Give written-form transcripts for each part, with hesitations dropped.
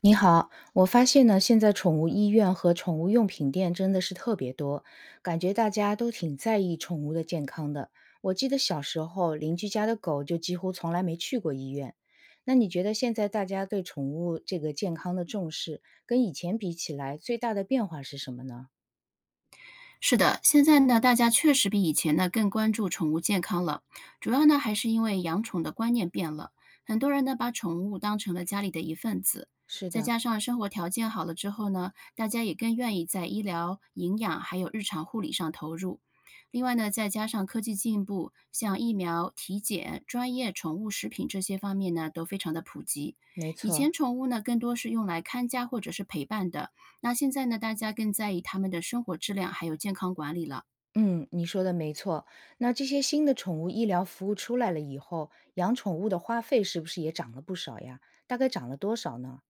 你好，我发现呢，现在宠物医院和宠物用品店真的是特别多，感觉大家都挺在意宠物的健康的。我记得小时候邻居家的狗就几乎从来没去过医院。那你觉得现在大家对宠物这个健康的重视，跟以前比起来，最大的变化是什么呢？是的，现在呢，大家确实比以前呢更关注宠物健康了，主要呢还是因为养宠的观念变了，很多人呢把宠物当成了家里的一份子，是再的，加上生活条件好了之后呢，大家也更愿意在医疗、营养还有日常护理上投入。另外呢，再加上科技进步，像疫苗、体检、专业宠物食品这些方面呢，都非常的普及。没以错。前宠物呢，更多是用来看家或者是陪伴的，那现在呢，大家更在意他们的生活质量还有健康管理了。嗯，你说的没错。那这些新的宠物医疗服务出来了以后，养宠物的花费是不是也涨了不少呀？大概涨了多少呢？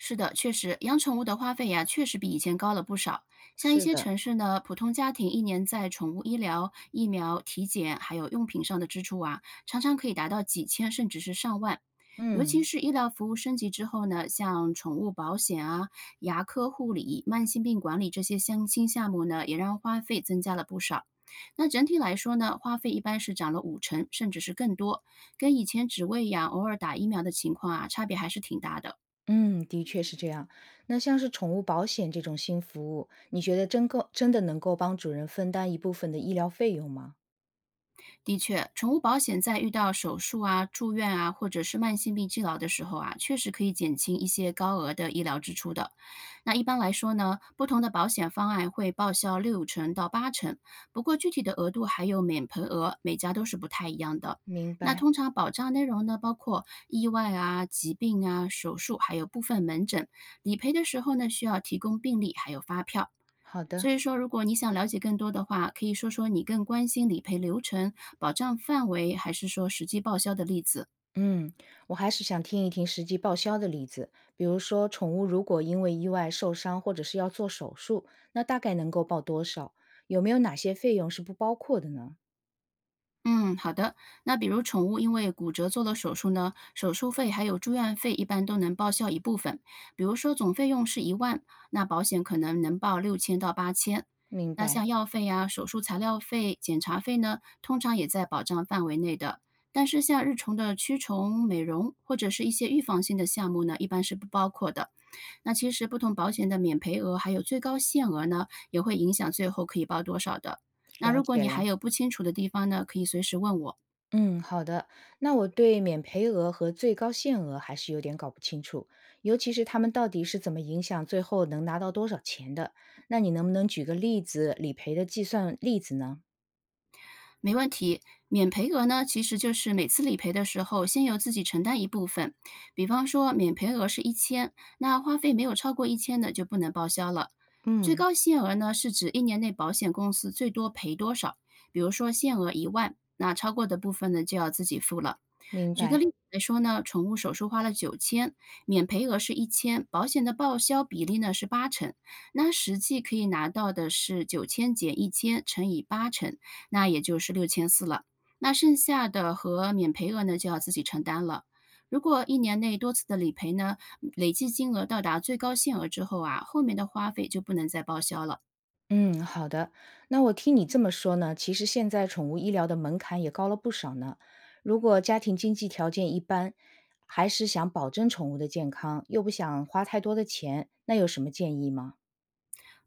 是的，确实，养宠物的花费呀，确实比以前高了不少。像一是些的，城市呢，普通家庭一年在宠物医疗、疫苗、体检还有用品上的支出啊，常常可以达到几千甚至是上万。尤其嗯是医疗服务升级之后呢，像宠物保险啊、牙科护理、慢性病管理这些相亲项目呢，也让花费增加了不少。那整体来说呢，花费一般是涨了50%，甚至是更多，跟以前只喂养、偶尔打疫苗的情况啊，差别还是挺大的。嗯，的确是这样。那像是宠物保险这种新服务，你觉得真够真的能够帮主人分担一部分的医疗费用吗？的确，宠物保险在遇到手术啊、住院啊，或者是慢性病治疗的时候啊，确实可以减轻一些高额的医疗支出的。那一般来说呢，不同的保险方案会报销60%到80%，不过具体的额度还有免赔额，每家都是不太一样的。明那白，通常保障内容呢，包括意外啊、疾病啊、手术，还有部分门诊。理赔的时候呢，需要提供病历还有发票。好所的。以说，如果你想了解更多的话，可以说说你更关心理赔流程、保障范围，还是说实际报销的例子？嗯，我还是想听一听实际报销的例子，比如说宠物如果因为意外受伤或者是要做手术，那大概能够报多少？有没有哪些费用是不包括的呢？嗯，好的。那比如宠物因为骨折做了手术呢，手术费还有住院费一般都能报销一部分。比如说总费用是一万，那保险可能能报6000到8000。明那像白，药费呀、手术材料费、检查费呢，通常也在保障范围内的。但是像日虫的驱虫、美容或者是一些预防性的项目呢，一般是不包括的。那其实不同保险的免赔额还有最高限额呢，也会影响最后可以报多少的。那了如果解你还了。有不清楚的地方呢，可以随时问我，嗯，好的。那我对免赔额和最高限额还是有点搞不清楚，尤其是他们到底是怎么影响最后能拿到多少钱的。那你能不能举个例子，理赔的计算例子呢？没问题。免赔额呢，其实就是每次理赔的时候，先由自己承担一部分。比方说，免赔额是一千，那花费没有超过一千的就不能报销了。最嗯，高限额呢，是指一年内保险公司最多赔多少，比如说限额一万，那超过的部分呢就要自己付了。明举个例白。子来说呢，宠物手术花了九千，免赔额是一千，保险的报销比例呢是八成，那实际可以拿到的是9000减1000乘以80%，那也就是6400了。那剩下的和免赔额呢就要自己承担了。如果一年内多次的理赔呢，累计金额到达最高限额之后啊，后面的花费就不能再报销了。嗯，好的。那我听你这么说呢，其实现在宠物医疗的门槛也高了不少呢。如果家庭经济条件一般，还是想保证宠物的健康，又不想花太多的钱，那有什么建议吗？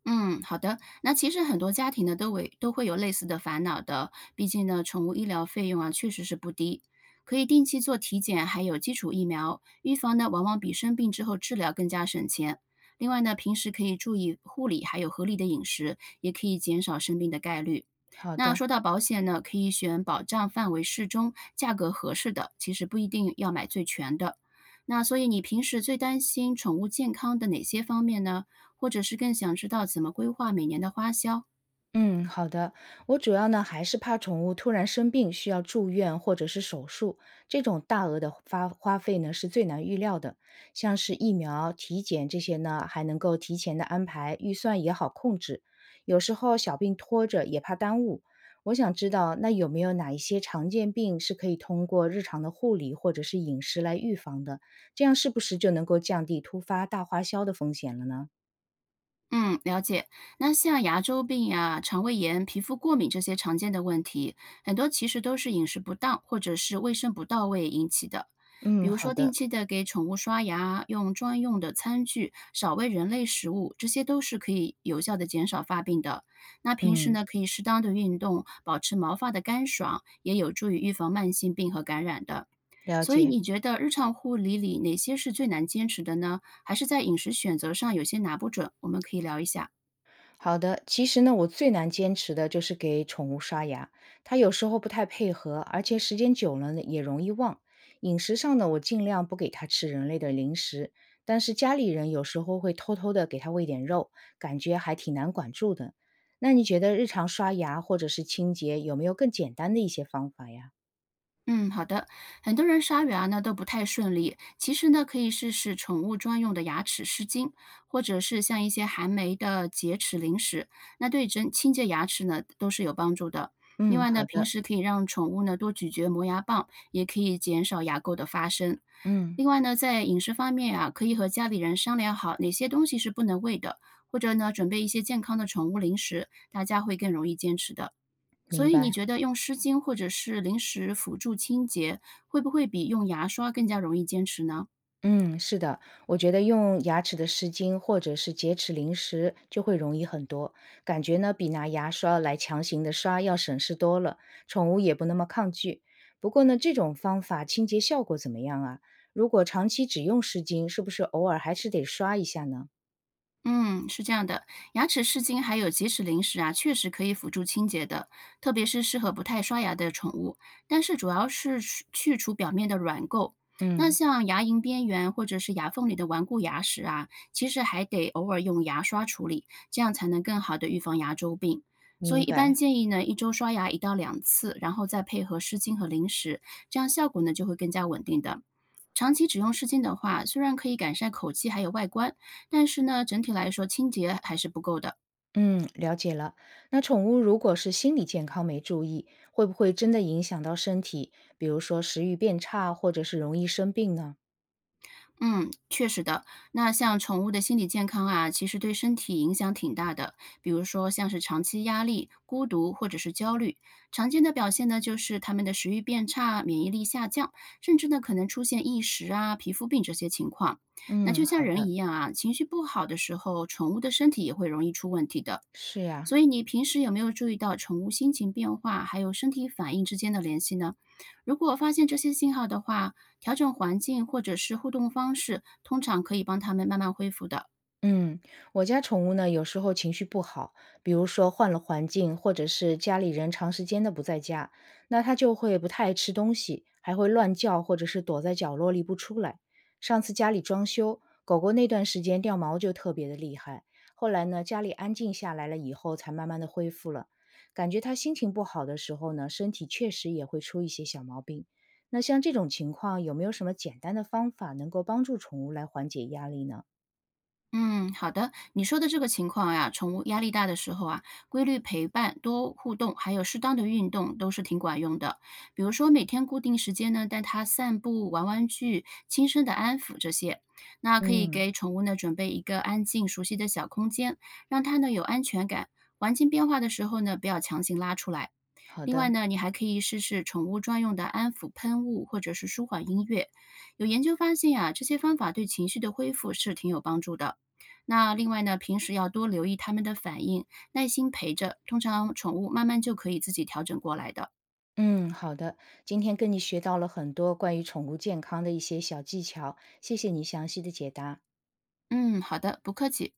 嗯，好的。那其实很多家庭呢，都会有类似的烦恼的。毕竟呢，宠物医疗费用啊，确实是不低，可以定期做体检，还有基础疫苗预防呢，往往比生病之后治疗更加省钱。另外呢，平时可以注意护理，还有合理的饮食，也可以减少生病的概率。好那的。说到保险呢，可以选保障范围适中、价格合适的，其实不一定要买最全的。那所以你平时最担心宠物健康的哪些方面呢？或者是更想知道怎么规划每年的花销。嗯，好的。我主要呢还是怕宠物突然生病需要住院或者是手术，这种大额的花花费呢是最难预料的。像是疫苗、体检这些呢，还能够提前的安排，预算也好控制。有时候小病拖着也怕耽误。我想知道，那有没有哪一些常见病是可以通过日常的护理或者是饮食来预防的？这样是不是就能够降低突发大花销的风险了呢？嗯，了解。那像牙周病呀、肠胃炎、皮肤过敏这些常见的问题，很多其实都是饮食不当或者是卫生不到位引起的。比嗯，如好说，定的。期的给宠物刷牙，用专用的餐具，少喂人类食物，这些都是可以有效的减少发病的。那平时嗯，呢，可以适当的运动，保持毛发的干爽，也有助于预防慢性病和感染的。了所以解。你觉得日常护理里哪些是最难坚持的呢？还是在饮食选择上有些拿不准？我们可以聊一下。好的，其实呢，我最难坚持的就是给宠物刷牙，它有时候不太配合，而且时间久了呢也容易忘。饮食上呢，我尽量不给它吃人类的零食，但是家里人有时候会偷偷的给它喂点肉，感觉还挺难管住的。那你觉得日常刷牙或者是清洁有没有更简单的一些方法呀？嗯，好的。很多人刷牙呢都不太顺利，其实呢可以试试宠物专用的牙齿湿巾，或者是像一些含酶的洁齿零食，那对整清洁牙齿呢都是有帮助的。另嗯，外呢，好平的，时可以让宠物呢多咀嚼磨牙棒，也可以减少牙垢的发生。嗯，另外呢，在饮食方面啊，可以和家里人商量好哪些东西是不能喂的，或者呢准备一些健康的宠物零食，大家会更容易坚持的。所明以你白。觉得用湿巾或者是零食辅助清洁，会不会比用牙刷更加容易坚持呢？嗯，是的，我觉得用牙齿的湿巾或者是洁齿零食就会容易很多，感觉呢比拿牙刷来强行的刷要省事多了，宠物也不那么抗拒。不过呢，这种方法清洁效果怎么样啊？如果长期只用湿巾，是不是偶尔还是得刷一下呢？嗯，是这样的，牙齿湿巾还有即食零食啊，确实可以辅助清洁的，特别是适合不太刷牙的宠物。但是主要是去除表面的软垢。那嗯，像牙龈边缘或者是牙缝里的顽固牙石啊，其实还得偶尔用牙刷处理，这样才能更好的预防牙周病。所以明一般白。建议呢，一周刷牙1到2次，然后再配合湿巾和零食，这样效果呢就会更加稳定的。长期只用湿巾的话，虽然可以改善口气还有外观，但是呢，整体来说清洁还是不够的。嗯，了解了。那宠物如果是心理健康没注意，会不会真的影响到身体，比如说食欲变差，或者是容易生病呢？嗯，确实的。那像宠物的心理健康啊，其实对身体影响挺大的。比如说，像是长期压力、孤独或者是焦虑，常见的表现呢，就是它们的食欲变差、免疫力下降，甚至呢可能出现异食啊、皮肤病这些情况。那就嗯，像好人的。一样啊，情绪不好的时候，宠物的身体也会容易出问题的。是呀，所以你平时有没有注意到宠物心情变化还有身体反应之间的联系呢？如果发现这些信号的话，调整环境或者是互动方式，通常可以帮他们慢慢恢复的。嗯，我家宠物呢，有时候情绪不好，比如说换了环境，或者是家里人长时间的不在家，那它就会不太爱吃东西，还会乱叫，或者是躲在角落里不出来。上次家里装修，狗狗那段时间掉毛就特别的厉害，后来呢，家里安静下来了以后，才慢慢的恢复了。感觉它心情不好的时候呢，身体确实也会出一些小毛病。那像这种情况，有没有什么简单的方法能够帮助宠物来缓解压力呢？嗯，好的。你说的这个情况呀，宠物压力大的时候啊，规律陪伴、多互动，还有适当的运动都是挺管用的。比如说每天固定时间呢，带它散步、玩玩具、轻声的安抚这些。那可以嗯，给宠物呢准备一个安静、熟悉的小空间，让它呢有安全感。环境变化的时候呢，不要强行拉出来。好另外的，呢，你还可以试试宠物专用的安抚喷雾，或者是舒缓音乐。有研究发现啊，这些方法对情绪的恢复是挺有帮助的。那另外呢，平时要多留意它们的反应，耐心陪着，通常宠物慢慢就可以自己调整过来的。嗯，好的。今天跟你学到了很多关于宠物健康的一些小技巧，谢谢你详细的解答。嗯，好的，不客气。